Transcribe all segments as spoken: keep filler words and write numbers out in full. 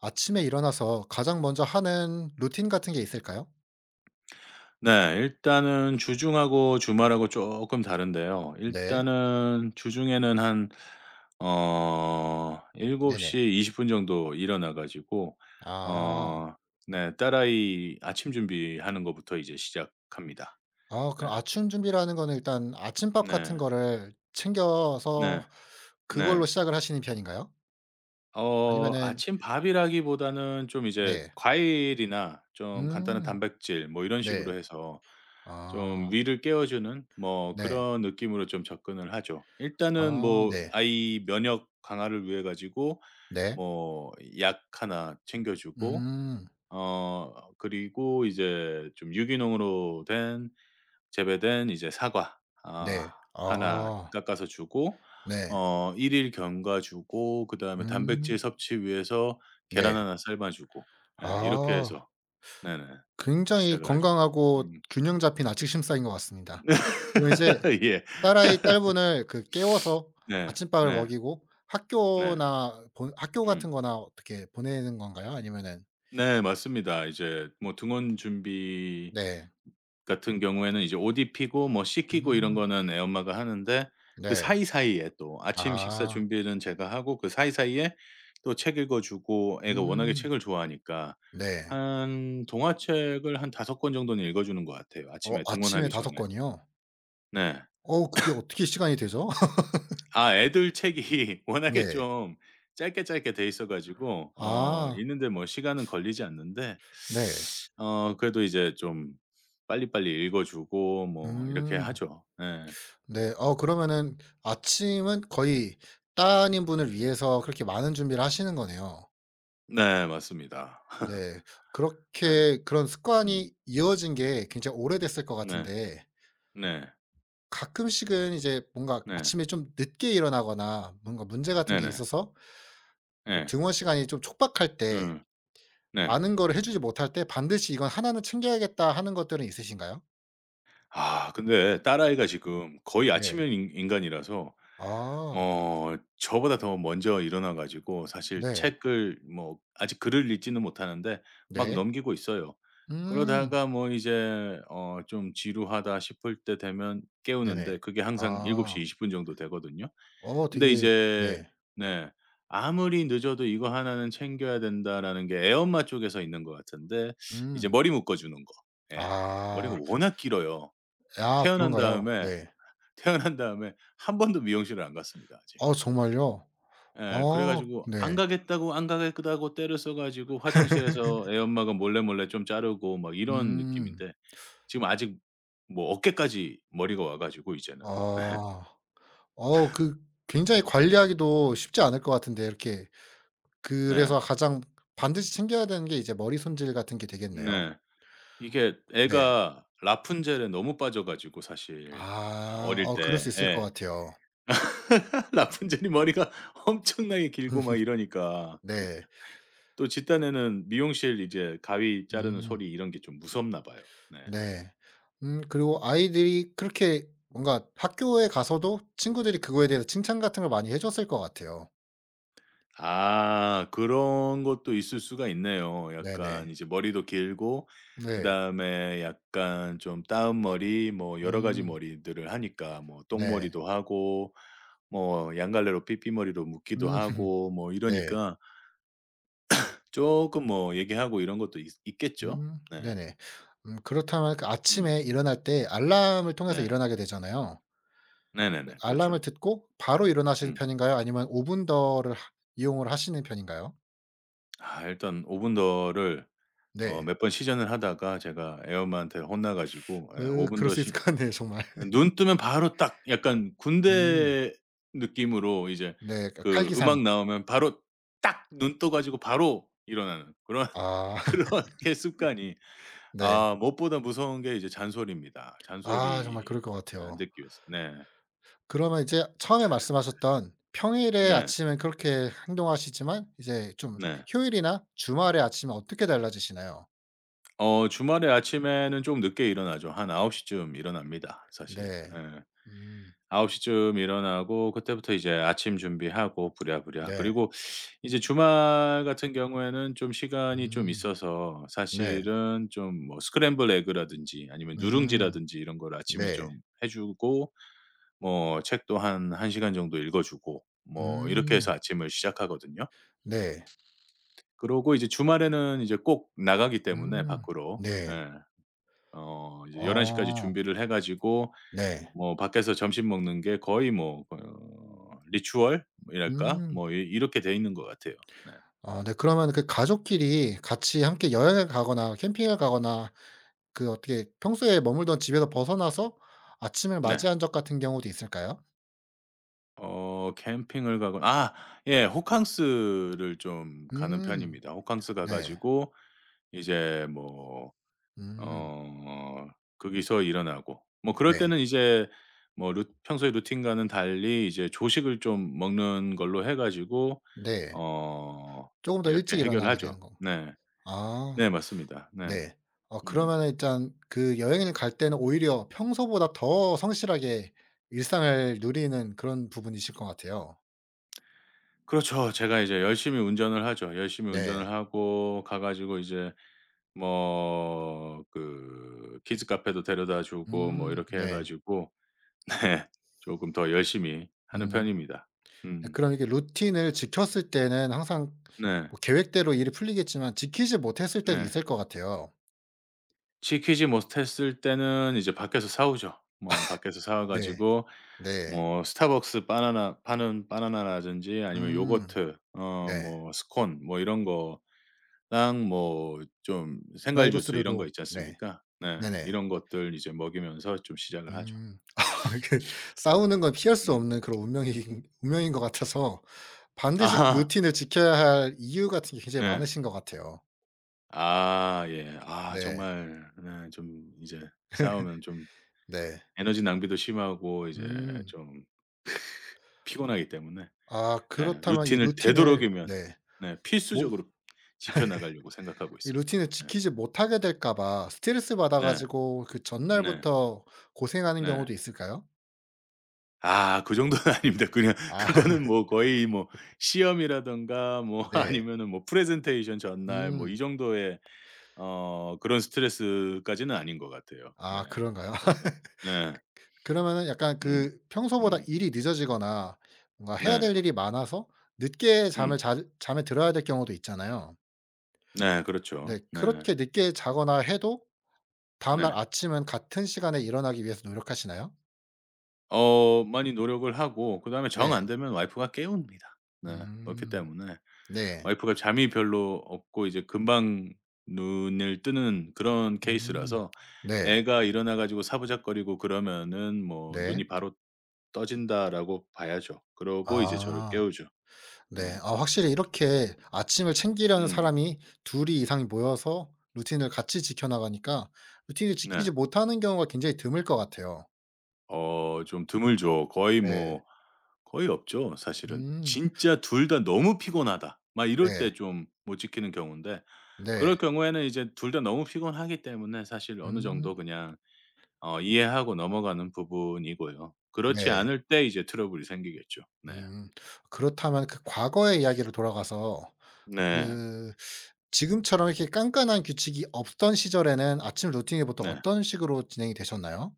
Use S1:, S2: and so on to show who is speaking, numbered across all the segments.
S1: 아침에 일어나서 가장 먼저 하는 루틴 같은 게 있을까요?
S2: 네. 일단은 주중하고 주말하고 조금 다른데요.
S1: 네.
S2: 일단은 주중에는 한 어
S1: 네네.
S2: 일곱 시 이십 분 정도 일어나 가지고,
S1: 아.
S2: 어 네, 딸아이 아침 준비하는 것부터 이제 시작합니다.
S1: 아
S2: 네.
S1: 그럼 아침 준비라는 거는 일단 아침밥 같은
S2: 네.
S1: 거를 챙겨서
S2: 네. 네.
S1: 그걸로 시작을 하시는 편인가요?
S2: 어
S1: 아니면은?
S2: 아침밥이라기보다는 좀 이제
S1: 네.
S2: 과일이나 좀 간단한
S1: 음.
S2: 단백질 뭐 이런
S1: 네.
S2: 식으로 해서 좀
S1: 아.
S2: 위를 깨워주는 뭐
S1: 네.
S2: 그런 느낌으로 좀 접근을 하죠. 일단은
S1: 아
S2: 뭐
S1: 네.
S2: 아이 면역 강화를 위해 가지고
S1: 네.
S2: 뭐 약 하나 챙겨주고.
S1: 음.
S2: 어 그리고 이제 좀 유기농으로 된 재배된 이제 사과 아
S1: 네.
S2: 하나
S1: 아.
S2: 깎아서 주고.
S1: 네.
S2: 어 1 일 견과 주고 그다음에 단백질
S1: 음.
S2: 섭취 위해서 계란
S1: 네.
S2: 하나 삶아 주고. 예, 이렇게
S1: 아.
S2: 해서 네네
S1: 굉장히
S2: 시작을 하죠.
S1: 건강하고
S2: 음.
S1: 균형 잡힌 아침 식사인 것 같습니다. 그럼 이제
S2: 예.
S1: 딸아이 딸분을 그 깨워서
S2: 네.
S1: 아침밥을
S2: 네.
S1: 먹이고
S2: 네.
S1: 학교나 보 학교
S2: 음.
S1: 같은 거나 어떻게 보내는 건가요? 아니면은?
S2: 네, 맞습니다. 이제 뭐 등원 준비
S1: 네.
S2: 같은 경우에는 이제 옷 입히고 뭐 씻기고 이런
S1: 음.
S2: 거는 애엄마가 하는데 그
S1: 네.
S2: 사이사이에 또 아침 식사
S1: 아.
S2: 준비는 제가 하고 그 사이사이에 또 책 읽어 주고 애가 워낙에
S1: 음.
S2: 책을 좋아하니까
S1: 네.
S2: 한 동화책을 한 다섯 권 정도는 읽어 주는 것 같아요
S1: 어
S2: 아침에
S1: 아침에
S2: 등원하기
S1: 다섯
S2: 전에.
S1: 건이요?
S2: 네.
S1: 어우 그게 어떻게 시간이 되죠?
S2: 아 애들 책이 워낙에
S1: 네.
S2: 좀 짧게 짧게 돼 있어 가지고 어
S1: 아
S2: 있는데 뭐 시간은 걸리지 않는데
S1: 네.
S2: 어 그래도 이제 좀 빨리빨리 읽어 주고 뭐 이렇게
S1: 음.
S2: 하죠. 네,
S1: 네. 어 그러면은 아침은 거의 따님분을 위해서 그렇게 많은 준비를 하시는 거네요.
S2: 네, 맞습니다.
S1: 네.
S2: 네.
S1: 그렇게 그런
S2: 음.
S1: 습관이 이어진 게 굉장히 오래됐을 것
S2: 네.
S1: 같은데,
S2: 네.
S1: 가끔씩은 이제 뭔가
S2: 네.
S1: 아침에 좀 늦게 일어나거나 뭔가 문제 같은 게
S2: 네네.
S1: 있어서 뭐
S2: 예.
S1: 등원 시간이 좀 촉박할 때
S2: 음. 네.
S1: 많은 거를 해 주지 못할 때 '반드시 이건 하나는 챙겨야겠다.' 하는 것들은 있으신가요?
S2: 아 근데 딸아이가 지금 거의
S1: 네.
S2: 아침형 인 인간이라서
S1: 아
S2: 어 저보다 더 먼저 일어나 가지고 사실
S1: 네.
S2: 책을 뭐 아직 글을 읽지는 못하는데 막
S1: 네.
S2: 넘기고 있어요.
S1: 음.
S2: 그러다가 뭐 이제 어 좀 지루하다 싶을 때 되면 깨우는데
S1: 네네.
S2: 그게 항상 7:20
S1: 아.
S2: 십분 정도 되거든요.
S1: 어
S2: 근데
S1: 되게.
S2: 이제
S1: 네.
S2: 네. 아무리 늦어도 '이거 하나는 챙겨야 된다.'라는 게 애엄마 쪽에서 있는 것 같은데 이제
S1: 음.
S2: 머리 묶어 주는 거. 예. 머리가
S1: 아.
S2: 워낙 길어요.
S1: 아
S2: 태어난
S1: 그런가요?
S2: 다음에
S1: 네.
S2: 태어난 다음에 한 번도 미용실을 안 갔습니다 아직.
S1: 어 정말요?
S2: 예. 그래
S1: 어
S2: 가지고
S1: 네.
S2: 안 가겠다고 안 가겠다고 떼를 써 가지고 화장실에서 애 엄마가 몰래 몰래 좀 자르고 막 이런
S1: 음.
S2: 느낌인데 지금 아직 뭐 어깨까지 머리가 와 가지고 이제는.
S1: 아. 어 그 굉장히 관리하기도 쉽지 않을 것 같은데 이렇게
S2: 네.
S1: 그래서 가장 반드시 챙겨야 되는 게 이제 머리 손질 같은 게 되겠네요.
S2: 네. 이게
S1: 네.
S2: 애가 라푼젤에 너무 빠져 가지고 사실 아
S1: 아
S2: 어릴
S1: 어 그럴 수
S2: 때
S1: 있을 것
S2: 예.
S1: 같아요.
S2: 라푼젤이 머리가 엄청나게 길고 막 이러니까
S1: 네.
S2: 또 집단에는 미용실 이제 가위 자르는
S1: 음.
S2: 소리 이런 게 좀 무섭나 봐요. 네.
S1: 네. 음 그리고 아이들이 그렇게 뭔가 학교에 가서도 친구들이 그거에 대해서 칭찬 같은 걸 많이 해 줬을 것 같아요.
S2: 아, 그런 것도 있을 수가 있네요.
S1: 네네.
S2: 약간 이제 머리도 길고
S1: 네.
S2: 그다음에 약간 좀 따은 머리 뭐 여러 가지
S1: 음.
S2: 머리들을 하니까 뭐
S1: 네.
S2: 똥머리도 하고 뭐 양갈래로 삐삐머리로 묶기도
S1: 음.
S2: 하고 뭐
S1: 네.
S2: 이러니까 쪼끔 뭐 얘기하고 이런 것도 있 있겠죠?
S1: 음.
S2: 네.
S1: 네네. 음 그렇다면 그
S2: 음.
S1: 아침에 일어날 때 알람을 통해서
S2: 네.
S1: 일어나게 되잖아요. 그
S2: 네네네.
S1: 알람을
S2: 그렇죠.
S1: 듣고 바로 일어나시는
S2: 음.
S1: 편인가요? 아니면 오 분 더를 하 이용을 하시는 편인가요?
S2: 아 일단 오븐 더를 어
S1: 네.
S2: 몇 번 시전을 하다가 제가 애엄마한테 혼나 가지고 예
S1: 그
S2: 오 분
S1: 그럴
S2: 더
S1: 수 있을
S2: 시
S1: 것 같네요 정말.
S2: 눈 뜨면 바로 딱 약간
S1: 음.
S2: 군대 느낌으로 이제
S1: 네. 그
S2: 그
S1: 칼기상.
S2: 음악 나오면 바로 딱 눈 떠 가지고 바로 일어나는 그런
S1: 아
S2: 그렇게 습관이.
S1: 네.
S2: 아 무엇보다 무서운 게 이제 잔소리입니다.
S1: 아 정말 그럴
S2: 잔소리.
S1: 것
S2: 네, 안
S1: 같아요.
S2: 듣기 위해서. 네.
S1: 그러면 이제 처음에 말씀하셨던 평일에
S2: 네.
S1: 아침엔 그렇게 행동하시지만 이제 좀
S2: 네.
S1: 휴일이나 주말에 아침에 어떻게 달라지시나요?
S2: 어 주말에 아침에는 좀 늦게 일어나죠. 한아홉 시쯤 일어납니다 사실.
S1: 네.
S2: 예.
S1: 음.
S2: 아홉 시쯤 일어나고 그때부터 이제 아침 준비하고 부랴부랴.
S1: 네.
S2: 그리고 이제 주말 같은 경우에는 좀 시간이 좀
S1: 음.
S2: 있어서
S1: 네.
S2: 사실은 좀 뭐 스크램블 에그라든지 아니면
S1: 음.
S2: 누룽지라든지 이런 걸 아침에
S1: 네.
S2: 좀 해 주고 뭐 책도 한 1 시간 정도 읽어 주고 뭐 이렇게 해서
S1: 음.
S2: 아침을 시작하거든요.
S1: 네.
S2: 그러고 이제 주말에는 이제 꼭 나가기 때문에
S1: 음.
S2: 밖으로.
S1: 네.
S2: 예. 어 이제 한 열한 시 까지
S1: 어.
S2: 준비를 해 가지고
S1: 네.
S2: 뭐 밖에서 점심 먹는 게 거의 뭐 어 리추얼이랄까?
S1: 음.
S2: 뭐 이 이렇게 돼 있는 것 같아요. 네.
S1: 아 네 그러면 그 가족끼리 같이 함께 여행을 가거나 캠핑을 가거나 그 어떻게 평소에 머물던 집에서 벗어나서 아침을
S2: 네.
S1: 맞이한 적 같은 경우도 있을까요?
S2: 어 캠핑을 가고 아 예, 호캉스를 좀 가는
S1: 음.
S2: 편입니다. 호캉스 가
S1: 네.
S2: 가지고 이제 뭐
S1: 음.
S2: 어 거기서 일어나고 뭐 그럴
S1: 네.
S2: 때는 이제 뭐 루 평소에 루틴과는 달리 이제 조식을 좀 먹는 걸로 해 가지고.
S1: 네.
S2: 어
S1: 쪼금 더
S2: 이렇게
S1: 일찍 일어나게
S2: 해결하죠.
S1: 되는 거.
S2: 네.
S1: 아.
S2: 네, 맞습니다. 네.
S1: 네. 어
S2: 음.
S1: 그러면은 일단 그 여행을 갈 때는 오히려 평소보다 더 성실하게 일상을 누리는 그런 부분이실 것 같아요.
S2: 그렇죠. 제가 이제 열심히 운전을 하죠. 열심히
S1: 네.
S2: 운전을 하고 가 가지고 이제 뭐 그 키즈 카페도 데려다 주고 뭐
S1: 음.
S2: 이렇게 해
S1: 네.
S2: 가지고 네, 조금 더 열심히 하는
S1: 음.
S2: 편입니다.
S1: 네
S2: 음.
S1: 그럼 이렇게 루틴을 지켰을 때는 항상
S2: 네.
S1: 뭐 계획대로 일이 풀리겠지만 지키지 못했을 때도
S2: 네.
S1: 있을 것 같아요.
S2: 시키지 못했을 때는 이제 밖에서 사 오죠. 뭐 밖에서 사와
S1: 네.
S2: 가지고
S1: 네.
S2: 뭐 스타벅스 바나나 파는 바나나라든지 아니면
S1: 음.
S2: 요거트 어
S1: 네.
S2: 뭐 스콘 뭐 이런 거 랑 뭐 좀 생과일
S1: 드라이브
S2: 주스 이런 거
S1: 스루로,
S2: 있지
S1: 네.
S2: 않습니까? 네.
S1: 네네.
S2: 이런 것들 이제 먹이면서 좀 시작을 하죠.
S1: 음. 이게 싸우는 건 피할 수
S2: 음.
S1: 없는 그런 운명이 운명인 것 같아서 반드시
S2: 아하.
S1: 루틴을 지켜야 할 이유 같은 게 굉장히
S2: 네.
S1: 많으신 것 같아요.
S2: 아, 예. 아,
S1: 네.
S2: 정말 네, 좀 이제 싸우면 좀
S1: 네.
S2: 에너지 낭비도 심하고 이제
S1: 음.
S2: 좀 피곤하기 때문에
S1: 아
S2: 네,
S1: 그렇다면 이
S2: 루틴을
S1: 루틴을,
S2: 되도록이면
S1: 네.
S2: 네,
S1: 뭐
S2: 필수적으로 지켜 나가려고 생각하고
S1: 이
S2: 있습니다.
S1: 루틴을
S2: 네.
S1: 지키지 못하게 될까 봐 스트레스 받아
S2: 네.
S1: 가지고 그
S2: 네.
S1: 전날부터 고생하는
S2: 네.
S1: 경우도 있을까요?
S2: 아 그 정도는 아닙니다. 그냥
S1: 아
S2: 그거는 뭐 거의 뭐 시험이라든가 뭐
S1: 네.
S2: 아니면은 뭐 프레젠테이션 전날 뭐
S1: 음.
S2: 이 정도의 어 그런 스트레스까지는 아닌 것 같아요. 네.
S1: 아 그런가요?
S2: 그래서 네.
S1: 그러면은 약간
S2: 음.
S1: 그 평소보다
S2: 음.
S1: 일이 늦어지거나 뭔가 해야
S2: 네.
S1: 될 일이 많아서 늦게
S2: 음.
S1: 잠을 잘 잠에 들어야 될 경우도 있잖아요.
S2: 네. 그렇죠.
S1: 네.
S2: 네.
S1: 그렇게 늦게 자거나 해도 다음 날
S2: 네.
S1: 아침은 같은 시간에 일어나기 위해서 노력하시나요?
S2: 어 많이 노력을 하고 그다음에 정
S1: 네.
S2: 안 되면 와이프가 깨웁니다. 네. 그렇기
S1: 음.
S2: 때문에
S1: 네.
S2: 와이프가 잠이 별로 없고 이제 금방 눈을 뜨는 그런
S1: 음.
S2: 케이스라서
S1: 네.
S2: 애가 일어나 가지고 사부작거리고 그러면은 뭐
S1: 네.
S2: 눈이 바로 떠진다라고 봐야죠. 그러고 이제 저를
S1: 아.
S2: 깨우죠.
S1: 네.
S2: 네.
S1: 아 확실히 이렇게 아침을 챙기려는
S2: 음.
S1: 사람이 둘이 이상 모여서 루틴을 같이 지켜 나가니까 루틴을
S2: 네.
S1: 지키지 못하는 경우가 굉장히 드물 것 같아요.
S2: 어 좀 드물죠. 거의
S1: 네.
S2: 뭐 거의 없죠 사실은.
S1: 음.
S2: 진짜 둘 다 "너무 피곤하다." 막 이럴
S1: 네.
S2: 때 좀 못 지키는 경우인데
S1: 네.
S2: 그럴 경우에는 이제 둘 다 너무 피곤하기 때문에 사실 어느
S1: 음.
S2: 정도 그냥 어 이해하고 넘어가는 부분이고요.
S1: 네.
S2: 그렇지 않을 때 이제 트러블이 생기겠죠. 네.
S1: 음. 그렇다면 그 과거의 이야기로 돌아가서
S2: 네.
S1: 그 지금처럼 이렇게 깐깐한 규칙이 없던 시절에는 아침 루틴이 보통
S2: 네.
S1: 어떤 식으로 진행이 되셨나요?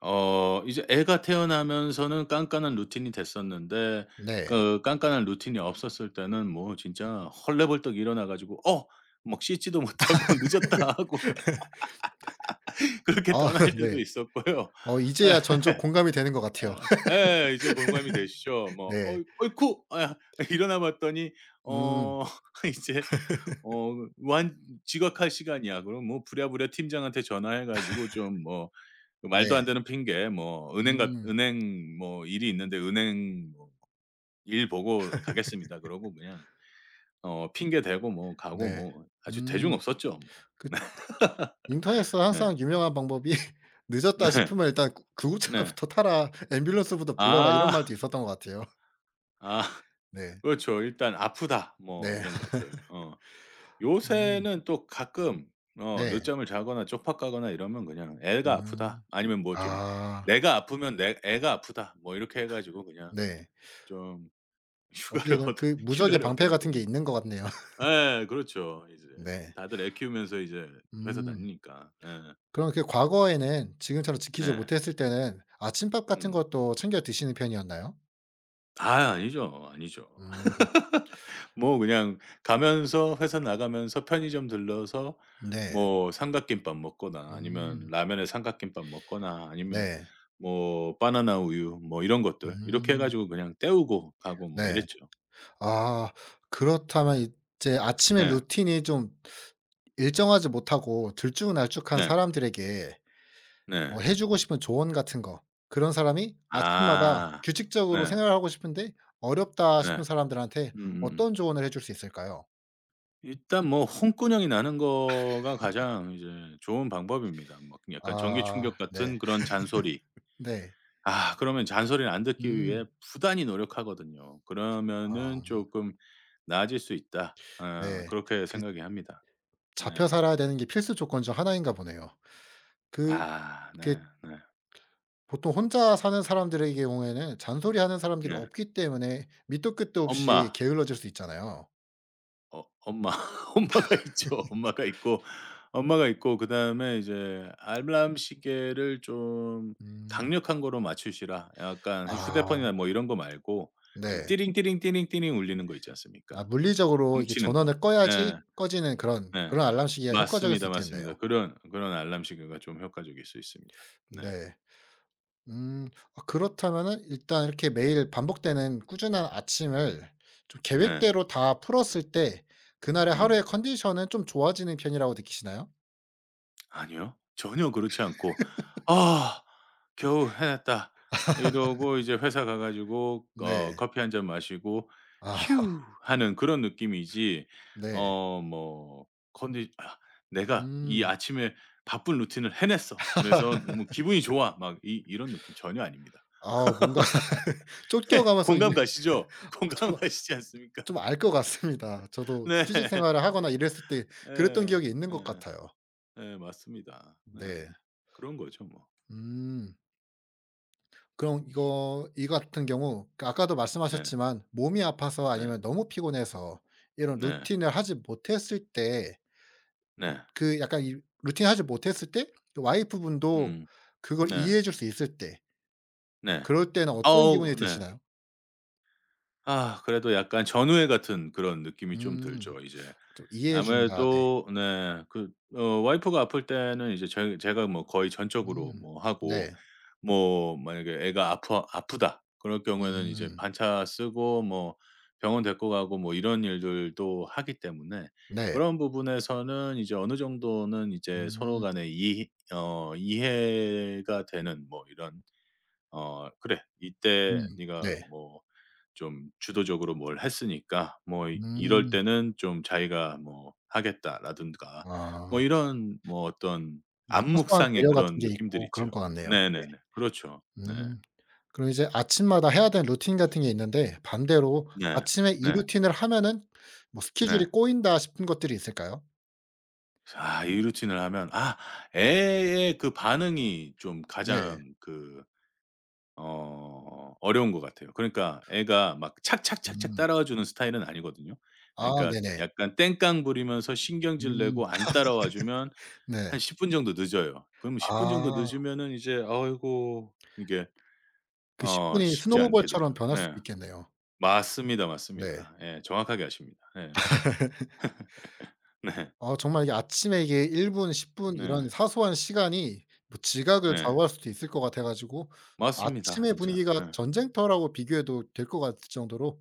S2: 어 이제 애가 태어나면서는 깐깐한 루틴이 됐었는데
S1: 네.
S2: 그 깐깐한 루틴이 없었을 때는 뭐 진짜 헐레벌떡 일어나 가지고 어 막 씻지도 못하고 '늦었다.' 하고 그렇게
S1: 아
S2: 떠날 때도
S1: 네.
S2: 있었고요.
S1: 어 이제야 전적 공감이 되는 것 같아요.
S2: 예. 예. 이제 공감이 되시죠. 뭐
S1: 네.
S2: "어이, 어이쿠." 아 일어나 봤더니
S1: 음.
S2: 어 이제 어 "완 지각할 시간이야." 그럼 뭐 부랴부랴 팀장한테 전화해 가지고 좀뭐 그 말도
S1: 네.
S2: 안 되는 핑계 뭐 "은행 같
S1: 음.
S2: 은행 뭐 일이 있는데 은행 뭐일 보고 가겠습니다." 그러고 그냥 어 핑계 대고 뭐 가고
S1: 네.
S2: 뭐 아주 대중
S1: 음.
S2: 없었죠 뭐.
S1: 그 인터넷에서
S2: 네.
S1: 항상 유명한 방법이 "늦었다
S2: 네.
S1: 싶으면 일단 구
S2: 네.
S1: 구급차부터 타라. 앰뷸런스부터 불러라." 이런
S2: 아.
S1: 말도 있었던 것 같아요.
S2: 아.
S1: 네.
S2: 그렇죠. 일단 "아프다." 뭐
S1: 네.
S2: 이런 것들. 어.
S1: 음.
S2: 요새는 또 가끔 어
S1: 네.
S2: 늦잠을 자거나 쪽박가거나 이러면 그냥 "애가 아프다."
S1: 음.
S2: 아니면 뭐 좀
S1: 아
S2: "내가 아프면 내 애가 아프다." 뭐 이렇게 해 가지고 그냥
S1: 네.
S2: 좀
S1: 어떻게
S2: 휴가를
S1: 보면
S2: 얻어
S1: 그 무적의
S2: 휴가를
S1: 방패
S2: 얻어내고
S1: 같은 게
S2: 뭐
S1: 있는 것 같네요.
S2: 예, 그렇죠. 이제
S1: 네.
S2: 다들 애 키우면서 이제 회사
S1: 음.
S2: 다니니까. 예.
S1: 그럼 그 과거에는 지금처럼 지키지
S2: 네.
S1: 못했을 때는 아침밥 같은
S2: 음.
S1: 것도 챙겨 드시는 편이었나요?
S2: 아 아니죠, 아니죠.
S1: 음.
S2: 뭐 그냥 가면서 회사 나가면서 편의점 들러서
S1: 네.
S2: 뭐 삼각김밥 먹거나 아니면
S1: 음.
S2: 라면에 삼각김밥 먹거나 아니면
S1: 네.
S2: 뭐 바나나 우유 뭐 이런 것들 이렇게 해
S1: 음.
S2: 가지고 그냥 때우고 가고
S1: 네.
S2: 뭐 이랬죠.
S1: 아 그렇다면 이제 아침에
S2: 네.
S1: 루틴이 좀 일정하지 못하고 들쭉날쭉한
S2: 네.
S1: 사람들에게
S2: 네.
S1: 뭐 해 주고 싶은 조언 같은 거, 그런 사람이 아침마다
S2: 아.
S1: 규칙적으로
S2: 네.
S1: 생활하고 싶은데 어렵다
S2: 네.
S1: 싶은 사람들한테
S2: 음음음.
S1: 어떤 조언을 해줄 수 있을까요?
S2: 일단 뭐 혼꾸녕이 나는 거가 가장 이제 좋은 방법입니다. 뭐 약간 전기
S1: 아
S2: 충격
S1: 네.
S2: 같은 그런 잔소리.
S1: 네.
S2: 아 그러면 잔소리를 안 듣기 위해
S1: 음.
S2: 부단히 노력하거든요. 그러면은
S1: 아
S2: 조금 나아질 수 있다. 어
S1: 네.
S2: 그렇게
S1: 그
S2: 생각이 합니다. 네.
S1: 잡혀 살아야 되는 게 필수 조건 중 하나인가 보네요. 그
S2: 아,
S1: 그
S2: 네, 네.
S1: 보통 혼자 사는 사람들의 경우에는 잔소리하는 사람들이
S2: 네.
S1: 없기 때문에 밑도 끝도 없이
S2: 엄마.
S1: 게을러질 수 있잖아요.
S2: 어 엄마. 엄마가 있죠. 엄마가 있고 엄마가 있고 그다음에 이제 알람 시계를 좀
S1: 음.
S2: 강력한 거로 맞추시라. 약간 휴대폰이나
S1: 아
S2: 뭐 이런 거 말고 좀
S1: 네.
S2: 띠링띠링띠링띠링 울리는 거 있지
S1: 아
S2: 않습니까?
S1: 물리적으로 이게
S2: 뭉치는 거.
S1: 전원을
S2: 네.
S1: 꺼야지 꺼지는 그런
S2: 네.
S1: 그런 알람 시계가 효과적일 수
S2: 맞습니다, 맞습니다.
S1: 있겠네요.
S2: 그런 그런 알람 시계가 좀 효과적일 수 있습니다. 네.
S1: 네. 음. 아 그렇다면은 일단 이렇게 매일 반복되는 꾸준한 아침을 좀
S2: 네.
S1: 계획대로 다 풀었을 때 그날의
S2: 음.
S1: 하루의 컨디션은 좀 좋아지는 편이라고 느끼시나요?
S2: 아니요. 전혀 그렇지 않고 '아, 겨우 해냈다.' 이러고 이제 회사 가 가지고 어
S1: 네.
S2: 커피 한잔 마시고
S1: 아
S2: '휴.' 하는 그런 느낌이지
S1: 네.
S2: 어 뭐 컨디 '아, 내가 이
S1: 음.
S2: 아침에 바쁜 루틴을 해냈어. 그래서 너무 기분이 좋아.' 막 이 이런 느낌 전혀 아닙니다.
S1: 아 뭔가 쫓겨가면서 이,
S2: 공감 가시죠?
S1: 아,
S2: 공감
S1: 좀
S2: 가시지 않습니까?
S1: 좀 알 것 같습니다. 저도
S2: 네.
S1: 취직 생활을 하거나 이랬을 때 그랬던
S2: 예.
S1: 기억이 있는
S2: 예.
S1: 것 같아요.
S2: 예. 맞습니다. 네.
S1: 네.
S2: 그런 거죠 뭐.
S1: 음. 그럼 이거 이 같은 경우 그 아까도
S2: 네.
S1: 말씀하셨지만 몸이 아파서
S2: 네.
S1: 아니면 너무 피곤해서 이런
S2: 네.
S1: 루틴을 하지 못했을 때
S2: 네.
S1: 그 약간 이 루틴 하지 못했을 때 그 와이프분도
S2: 음.
S1: 그걸
S2: 네.
S1: 이해해 줄 수 있을 때
S2: 네.
S1: 그럴 때는 어떤
S2: 어우,
S1: 기분이
S2: 네.
S1: 드시나요?
S2: 아 그래도 약간 전우회 같은 그런 느낌이 좀
S1: 음.
S2: 들죠 이제.
S1: 좀 이해해 준다. 네.
S2: 아무래도 네, 그 어 와이프가 아플 때는 이제 저희 제가 뭐 거의 전적으로
S1: 음.
S2: 뭐 하고
S1: 네.
S2: 뭐 만약에 애가 아프 아프다 그럴 경우에는 이제
S1: 음.
S2: 반차 쓰고 뭐 병원 데리고 가고 뭐 이런 일들도 하기 때문에
S1: 네.
S2: 그런 부분에서는 이제 어느 정도는 이제 서로
S1: 음.
S2: 간에 이 어 이해가 되는 뭐 이런 어 "그래. 이때
S1: 음.
S2: 네가
S1: 네.
S2: 뭐 좀 주도적으로 뭘 했으니까 뭐 이 이럴
S1: 음.
S2: 때는 좀 자기가 뭐 하겠다."라든가
S1: 아.
S2: 뭐 이런 뭐 어떤
S1: 뭐 사소한
S2: 암묵상의
S1: 배려 같은
S2: 그런
S1: 게
S2: 느낌들
S1: 있고
S2: 있죠.
S1: 그런 것 같네요. 네.
S2: 네네네. 그렇죠. 네.
S1: 음. 그럼 이제 아침마다 해야 되는 루틴 같은 게 있는데 반대로
S2: 네.
S1: 아침에 이
S2: 네.
S1: 루틴을 하면은 뭐 스케줄이
S2: 네.
S1: 꼬인다 싶은 것들이 있을까요?
S2: 아 이 루틴을 하면 아 애의 그 반응이 좀
S1: 네.
S2: 가장 그 어 어려운 것 같아요. 그러니까 애가 막 착착착착
S1: 음.
S2: 따라와 주는 스타일은 아니거든요.
S1: 아
S2: 그러니까
S1: 네네.
S2: 약간 땡깡 부리면서 신경질
S1: 음.
S2: 내고 안 따라와 주면
S1: 네.
S2: 한 십 분 정도 늦어요. 그러면 십 분 정도
S1: 아
S2: 늦으면은 이제 아이고 이게
S1: 그 십
S2: 어
S1: 분이
S2: 쉽지 않게 되죠.
S1: 스노우볼처럼 변할
S2: 네.
S1: 수도 있겠네요.
S2: 맞습니다,
S1: 네.
S2: 맞습니다. 예. 정확하게 아십니다. 예. 네.
S1: 어 정말 이게 아침에 이게 일 분, 십 분 이런
S2: 네.
S1: 사소한 시간이 뭐 지각을
S2: 네.
S1: 좌우할 수도 있을 것 같아 가지고
S2: 맞습니다,
S1: 아침의
S2: 진짜.
S1: 분위기가
S2: 예. 네.
S1: 전쟁터라고 비교해도 될 것 같을 정도로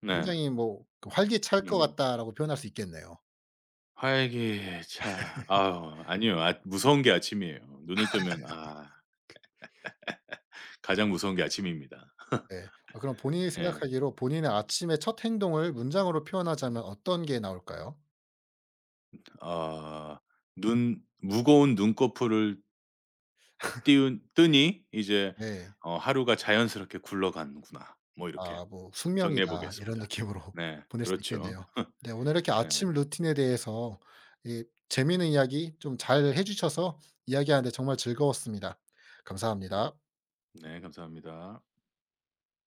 S2: 네.
S1: 굉장히 뭐 그 '활기찰 것
S2: 음.
S1: 같다.'라고 표현할 수 있겠네요.
S2: 활기차. 아우, 아니요. 아 무서운 게 아침이에요. 눈을 뜨면 '아.' 가장 무서운 게 아침입니다.
S1: 네. 아 그럼 본인이
S2: 예.
S1: 생각하기로 본인의 아침의 첫 행동을 문장으로 표현하자면 어떤 게 나올까요?
S2: 아 눈 무거운 눈꺼풀을 띄운 뜨니 이제
S1: 네.
S2: 어 '하루가 자연스럽게 굴러가는구나.' 뭐 이렇게
S1: 아 뭐
S2: 정리해
S1: '숙명이다.' 이런
S2: 보겠습니다.
S1: 느낌으로
S2: 네.
S1: 보낼 수
S2: 그렇죠.
S1: 있겠네요. 네 오늘 이렇게
S2: 네.
S1: 아침 루틴에 대해서 이 재미있는 이야기 좀 잘 해 주셔서 이야기하는 데 정말 즐거웠습니다. 감사합니다.
S2: 네. 감사합니다.